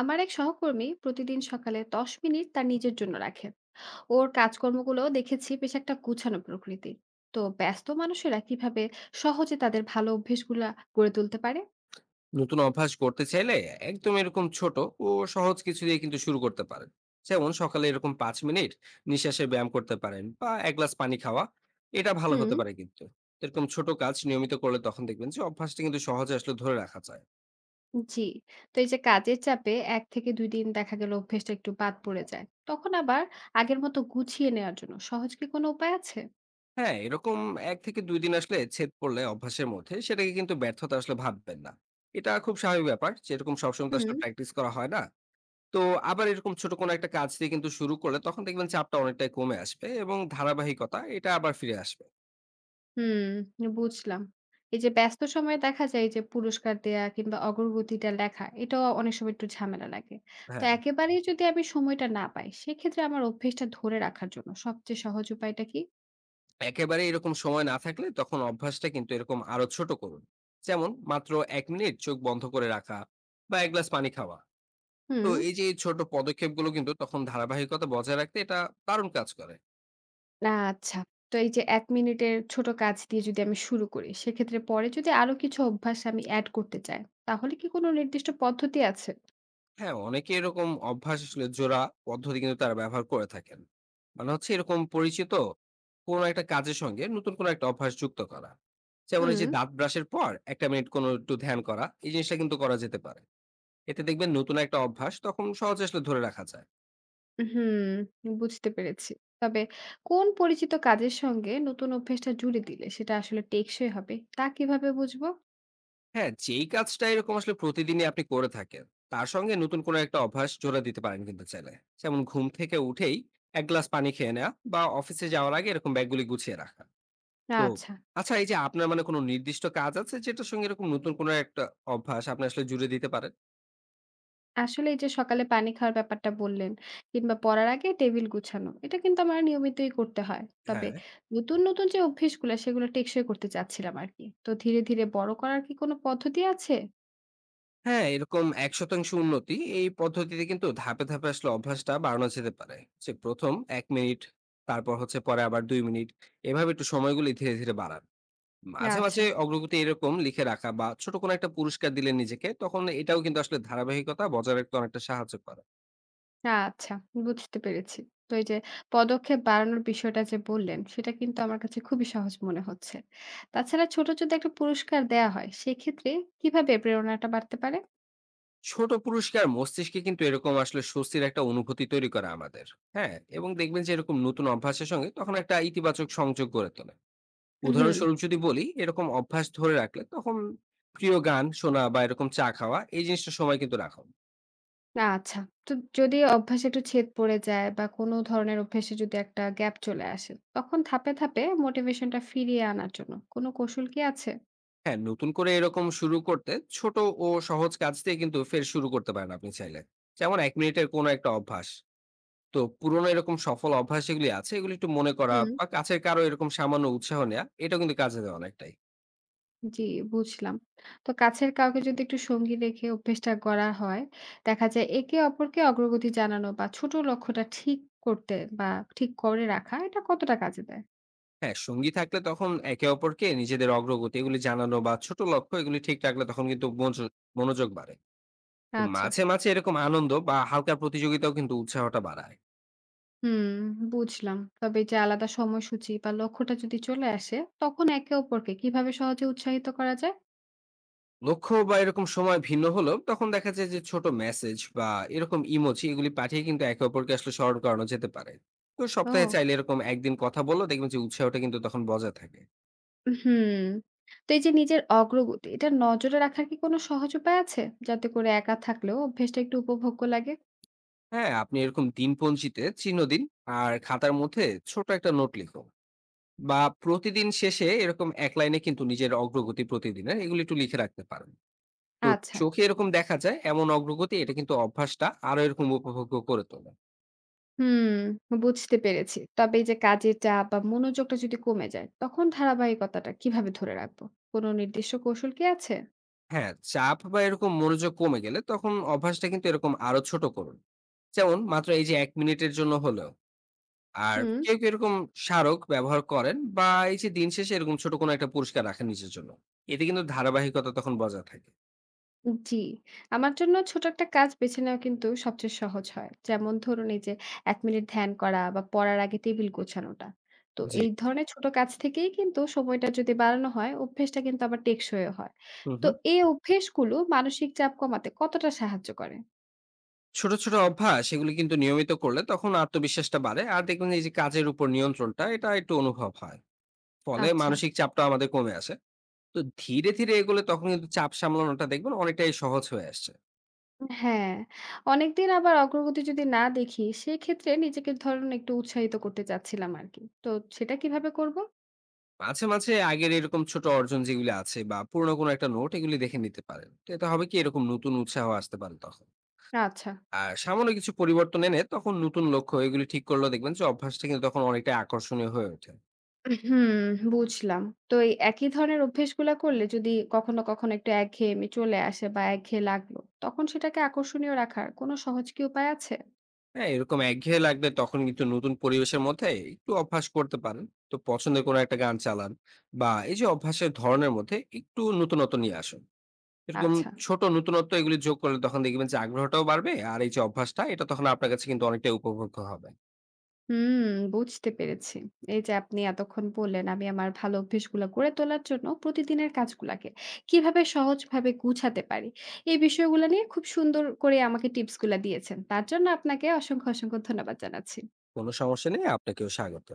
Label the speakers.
Speaker 1: আমার এক সহকর্মী প্রতিদিন সকালে ১০ মিনিট তার নিজের জন্য রাখেন। ওর কাজকর্মগুলো দেখেছি বেশ একটা গুছানো প্রকৃতি। তো ব্যস্ত মানুষেরা কিভাবে সহজে তাদের ভালো অভ্যেসগুলা গড়ে তুলতে পারে?
Speaker 2: নতুন অভ্যাস করতে চাইলে একদম এরকম ছোট ও সহজ কিছু দিয়ে কিন্তু শুরু করতে পারেন যেমন সকালে এরকম ৫ মিনিট নিঃশ্বাসে ব্যায়াম করতে পারেন বা এক গ্লাস পানি খাওয়া এটা ভালো হতে
Speaker 1: হুম।
Speaker 2: পারে কিন্তু এরকম ছোট কাজ নিয়মিত করলে তখন দেখবেন যে অভ্যাসটা কিন্তু সহজে আসলে ধরে রাখা যায়।
Speaker 1: জি। তো এই যে কাজের চাপে এক থেকে দুই দিন দেখা গেল অভ্যেসটা একটু বাদ পড়ে যায়, তখন আবার আগের মতো গুছিয়ে নেওয়ার জন্য সহজ কি কোনো উপায় আছে?
Speaker 2: হ্যাঁ এরকম ১ থেকে ২ দিন আসলে ছেদ পড়লে অভ্যাসের মধ্যে সেটাকে কিন্তু ব্যর্থতা আসলে ভাববেন না। এটা খুব স্বাভাবিক ব্যাপার যেরকম সবসময় তো
Speaker 1: হুম।
Speaker 2: আসলে প্র্যাকটিস করা হয় না। তো আবার এরকম ছোট কোনো একটা কাজ দিয়ে কিন্তু শুরু করলে তখন দেখবেন চাপটা অনেকটাই কমে আসবে এবং ধারাবাহিকতা এটা আবার ফিরে আসবে।
Speaker 1: হুম, বুঝলাম। এই যে ব্যস্ত সময়ে দেখা যায় যে পুরস্কার দেয়া কিংবা অগ্রগতিটা লেখা এটাও অনেক সময় একটু ঝামেলা লাগে। তো
Speaker 2: হ্যাঁ
Speaker 1: একেবারেই যদি আমি সময়টা না পাই সেক্ষেত্রে আমার অভ্যেসটা ধরে রাখার জন্য সবচেয়ে সহজ উপায়টা কি?
Speaker 2: একেবারে এরকম সময় না থাকলে তখন অভ্যাসটা কিন্তু এরকম আরো ছোট করুন, যেমন মাত্র ১ মিনিট চোখ বন্ধ করে রাখা বা ১ গ্লাস পানি খাওয়া। তো
Speaker 1: হুম,
Speaker 2: এই যে এই ছোট পদক্ষেপগুলো কিন্তু তখন ধারাবাহিকতা বজায় রাখতে এটা দারুণ কাজ করে।
Speaker 1: আচ্ছা। তো এই যে ১ মিনিটের ছোট কাজ দিয়ে যদি আমি শুরু করি, সেক্ষেত্রে পরে যদি আরো কিছু অভ্যাস আমি এড করতে চাই, তাহলে কি কোনো নির্দিষ্ট পদ্ধতি আছে?
Speaker 2: হ্যাঁ, অনেকে এরকম অভ্যাস আসলে জোড়া পদ্ধতি কিন্তু তারা ব্যবহার করে থাকেন। মানে হচ্ছে এরকম পরিচিত কোনো একটা কাজের সঙ্গে নতুন কোনো একটা অভ্যাস যুক্ত করা। যেমন এই
Speaker 1: হুম।
Speaker 2: যে দাঁত ব্রাশের পর ১ টা মিনিট কোনো একটু ধ্যান করা। এই জিনিসটা কিন্তু করা যেতে পারে। এতে দেখবেন নতুন একটা অভ্যাস তখন সহজে আসলে ধরে রাখা যায়।
Speaker 1: হুম, বুঝতে পেরেছি। তবে কোন পরিচিত কাজের সঙ্গে নতুন অভ্যাসটা জুড়ে দিলে সেটা আসলে টেকসই হবে, তা কিভাবে বুঝবো?
Speaker 2: হ্যাঁ, যেই কাজটা এরকম আসলে প্রতিদিনই আপনি করে থাকেন, তার সঙ্গে নতুন কোনো একটা অভ্যাস জোড়া দিতে পারেন কিন্তু চাইলে। যেমন ঘুম থেকে উঠেই ১ গ্লাস পানি খেয়ে নেওয়া বা অফিসে যাওয়ার আগে এরকম ব্যাগগুলি গুছিয়ে রাখা। তো
Speaker 1: আচ্ছা।
Speaker 2: আচ্ছা এই যে আপনার মানে কোনো নির্দিষ্ট কাজ আছে যেটার সঙ্গে এরকম নতুন কোনো একটা অভ্যাস আপনি আসলে জুড়ে দিতে পারেন?
Speaker 1: আসলে এই যে সকালে পানি খাওয়ার ব্যাপারটা বললেন কিংবা পড়ার আগে টেবিল গুছানো, এটা কিন্তু আমার নিয়মিতই করতে হয়। তবে
Speaker 2: হ্যাঁ।
Speaker 1: নতুন, নতুন যে অভ্যেসগুলা সেগুলো টেকসই করতে চাচ্ছিলাম আরকি। তো ধীরে, ধীরে বড় করার কি কোনো পদ্ধতি আছে?
Speaker 2: হ্যাঁ, এরকম ১% উন্নতি এই পদ্ধতিতে কিন্তু ধাপে, ধাপে আসলে অভ্যাসটা বাড়ানো যেতে পারে। যে ১ম ১ মিনিট, তারপর হচ্ছে পরে আবার ২ মিনিট। এভাবে একটু সময়গুলি ধীরে, ধীরে বাড়ান। মাঝে,
Speaker 1: আচ্ছা।
Speaker 2: মাঝে অগ্রগতি এরকম লিখে রাখা বা ছোট কোনো একটা পুরস্কার দিলে নিজেকে তখন এটাও কিন্তু আসলে ধারাবাহিকতা বজায় রাখতে অনেকটা সাহায্য করে।
Speaker 1: আচ্ছা, বুঝতে পেরেছি। তো এই যে পদক্ষেপ বাড়ানোর বিষয়টা যে বললেন, সেটা কিন্তু আমার কাছে খুবই সহজ মনে হচ্ছে। তাছাড়া ছোট যদি একটা পুরস্কার দেয়া হয়, সেক্ষেত্রে কিভাবে প্রেরণাটা বাড়তে পারে?
Speaker 2: ছোট পুরস্কার মস্তিষ্কে কিন্তু এরকম আসলে স্বস্তির একটা অনুভূতি তৈরি করে আমাদের। হ্যাঁ এবং দেখবেন যে এরকম নতুন অভ্যাসের সঙ্গে তখন একটা ইতিবাচক সংযোগ গড়ে তোলে।
Speaker 1: হুম।
Speaker 2: উদাহরণস্বরূপ যদি বলি এরকম অভ্যাস ধরে রাখলে তখন প্রিয় গান শোনা বা এরকম চা খাওয়া এই জিনিসটা সময় কিন্তু রাখুন।
Speaker 1: আচ্ছা। তো যদি অভ্যাসে একটু ছেদ পড়ে যায় বা কোনো ধরনের অভ্যাসে যদি একটা গ্যাপ চলে আসে, তখন ধাপে, ধাপে মোটিভেশনটা ফিরিয়ে আনার জন্য কোনো কৌশল কি আছে?
Speaker 2: হ্যাঁ নতুন করে এরকম শুরু করতে ছোট ও সহজ কাজ দিয়ে কিন্তু ফের শুরু করতে পারেন আপনি চাইলে, যেমন ১ মিনিটের কোনো একটা অভ্যাস। তো পুরোনো এরকম সফল অভ্যাস এগুলি আছে এগুলি একটু মনে করা বা কাছের কারো এরকম সামান্য উৎসাহ নেওয়া এটা কিন্তু কাজে দেওয়া অনেকটাই।
Speaker 1: জি, বুঝলাম। তো কাছের কাউকে যদি একটু সঙ্গী রেখে অভ্যেসটা গড়া হয়, দেখা যায় একে অপরকে অগ্রগতি জানানো বা ছোট লক্ষ্যটা ঠিক করতে বা ঠিক করে রাখা এটা কতটা কাজে দেয়?
Speaker 2: হ্যাঁ, সঙ্গী থাকলে তখন একে অপরকে নিজেদের অগ্রগতি এগুলি জানানো বা ছোট লক্ষ্য এগুলি ঠিক রাখলে তখন কিন্তু মনোযোগ মনোযোগ বাড়ে। তো
Speaker 1: আচ্ছা।
Speaker 2: মাঝে, মাঝে এরকম আনন্দ বা হালকা প্রতিযোগিতাও কিন্তু উৎসাহটা বাড়ায়।
Speaker 1: হুম, বুঝলাম। তবে এই যে আলাদা সময়সূচি বা লক্ষ্যটা যদি চলে আসে, তখন একে অপরকে কিভাবে সহজে উৎসাহিত করা যায়?
Speaker 2: লক্ষ্য বা এরকম সময় ভিন্ন হলেও তখন দেখা যায় যে ছোট মেসেজ বা এরকম ইমোজি এগুলি পাঠিয়ে কিন্তু একে অপরকে আসলে স্মরণ করানো যেতে পারে। তো সপ্তাহে
Speaker 1: ও,
Speaker 2: চাইলে এরকম একদিন কথা বললেও দেখবেন যে উৎসাহটা কিন্তু তখন বজায় থাকে।
Speaker 1: হুম। তো এই যে নিজের অগ্রগতি, এটা নজরে রাখার কি কোনো সহজ উপায় আছে? যাতে করে একা থাকলেও অভ্যেসটা একটু উপভোগ্য লাগে?
Speaker 2: হ্যাঁ, আপনি এরকম দিনপঞ্জিতে চিহ্ন দিন আর খাতার মধ্যে ছোট একটা নোট লিখুন। বা প্রতিদিন শেষে এরকম এক লাইনে কিন্তু নিজের অগ্রগতি প্রতিদিনের এগুলি একটু লিখে রাখতে পারেন। তো
Speaker 1: আচ্ছা।
Speaker 2: চোখে এরকম দেখা যায় এমন অগ্রগতি এটা কিন্তু অভ্যাসটা আরো এরকম উপভোগ্য করে তোলে।
Speaker 1: হুম, বুঝতে পেরেছি। তবে এই যে কাজের চাপ বা মনোযোগটা যদি কমে যায়, তখন ধারাবাহিকতাটা কিভাবে ধরে রাখবো? কোনো নির্দিষ্ট কৌশল কি আছে?
Speaker 2: হ্যাঁ চাপ বা এরকম মনোযোগ কমে গেলে তখন অভ্যাসটা কিন্তু এরকম আরো ছোট করুন, যেমন মাত্র এই যে ১ মিনিটের জন্য হলেও। আর
Speaker 1: হুম।
Speaker 2: কেউ কেউ এরকম স্মারক ব্যবহার করেন বা এই যে দিন শেষে এরকম ছোট কোনো একটা পুরস্কার রাখেন নিজের জন্য। এতে কিন্তু ধারাবাহিকতা তখন বজায় থাকে।
Speaker 1: জি, আমার জন্য ছোট একটা কাজ বেছে নেওয়া কিন্তু সবচেয়ে সহজ হয়। যেমন ধরুন এই যে ১ মিনিট ধ্যান করা বা পড়ার আগে টেবিল গোছানোটা। তো
Speaker 2: জি।
Speaker 1: এই ধরনের ছোট কাজ থেকেই কিন্তু সময়টা যদি বাড়ানো হয়, অভ্যেসটা কিন্তু আবার টেকসইও হয়।
Speaker 2: হুম
Speaker 1: তো
Speaker 2: হুম।
Speaker 1: এই অভ্যেসগুলো মানসিক চাপ কমাতে কতটা সাহায্য করে?
Speaker 2: ছোট, ছোট অভ্যাস এগুলি কিন্তু নিয়মিত করলে তখন আত্মবিশ্বাসটা বাড়ে। আর দেখবেন যে এই যে কাজের উপর নিয়ন্ত্রণটা এটা একটু অনুভব হয়। ফলে
Speaker 1: আচ্ছা।
Speaker 2: মানসিক চাপটা আমাদের কমে আসে। তো ধীরে, ধীরে এগোলে তখন কিন্তু চাপ সামলানোটা দেখবেন অনেকটাই সহজ হয়ে আসছে।
Speaker 1: হ্যাঁ, অনেকদিন আবার অগ্রগতি যদি না দেখি, সেক্ষেত্রে নিজেকে ধরুন একটু উৎসাহিত করতে চাচ্ছিলাম আরকি। তো সেটা কিভাবে করব?
Speaker 2: মাঝে, মাঝে আগের এরকম ছোট অর্জন যেগুলি আছে বা পুরনো কোনো একটা নোট এগুলি দেখে নিতে পারেন। তো এতে হবে কি এরকম নতুন উৎসাহ আসতে পারে তখন।
Speaker 1: আচ্ছা।
Speaker 2: আর সামান্য কিছু পরিবর্তন এনে তখন নতুন লক্ষ্য এগুলি ঠিক করলেও দেখবেন যে অভ্যাসটা কিন্তু তখন অনেকটাই আকর্ষণীয় হয়ে ওঠে।
Speaker 1: হুম, বুঝলাম। তো এই একই ধরনের অভ্যেসগুলা করলে যদি কখনো, কখনো একটু একঘেয়েমি চলে আসে বা একঘেয়ে লাগলো, তখন সেটাকে আকর্ষণীয় রাখার কোনো সহজ কি উপায় আছে?
Speaker 2: হ্যাঁ, এরকম একঘেয়ে লাগলে তখন কিন্তু নতুন পরিবেশের মধ্যে একটু অভ্যাস করতে পারেন। তো পছন্দের কোনো একটা গান চালান বা এই যে অভ্যাসের ধরনের মধ্যে একটু নতুনত্ব নিয়ে আসুন। এরকম
Speaker 1: আচ্ছা।
Speaker 2: ছোট নতুনত্ব এগুলি যোগ করলে তখন দেখবেন যে আগ্রহটাও বাড়বে। আর এই যে অভ্যাসটা এটা তখন আপনার কাছে কিন্তু অনেকটাই উপভোগ্য হবে।
Speaker 1: হুম, বুঝতে পেরেছি। এই যে আপনি এতক্ষণ বললেন, আমি আমার ভালো অভ্যেসগুলা গড়ে তোলার জন্য প্রতিদিনের কাজগুলাকে কিভাবে সহজভাবে গুছাতে পারি। এই বিষয়গুলা নিয়ে খুব সুন্দর করে আমাকে টিপসগুলা দিয়েছেন। তার জন্য আপনাকে অসংখ্য, অসংখ্য ধন্যবাদ জানাচ্ছি।
Speaker 2: কোনো সমস্যা নেই। আপনাকেও স্বাগত।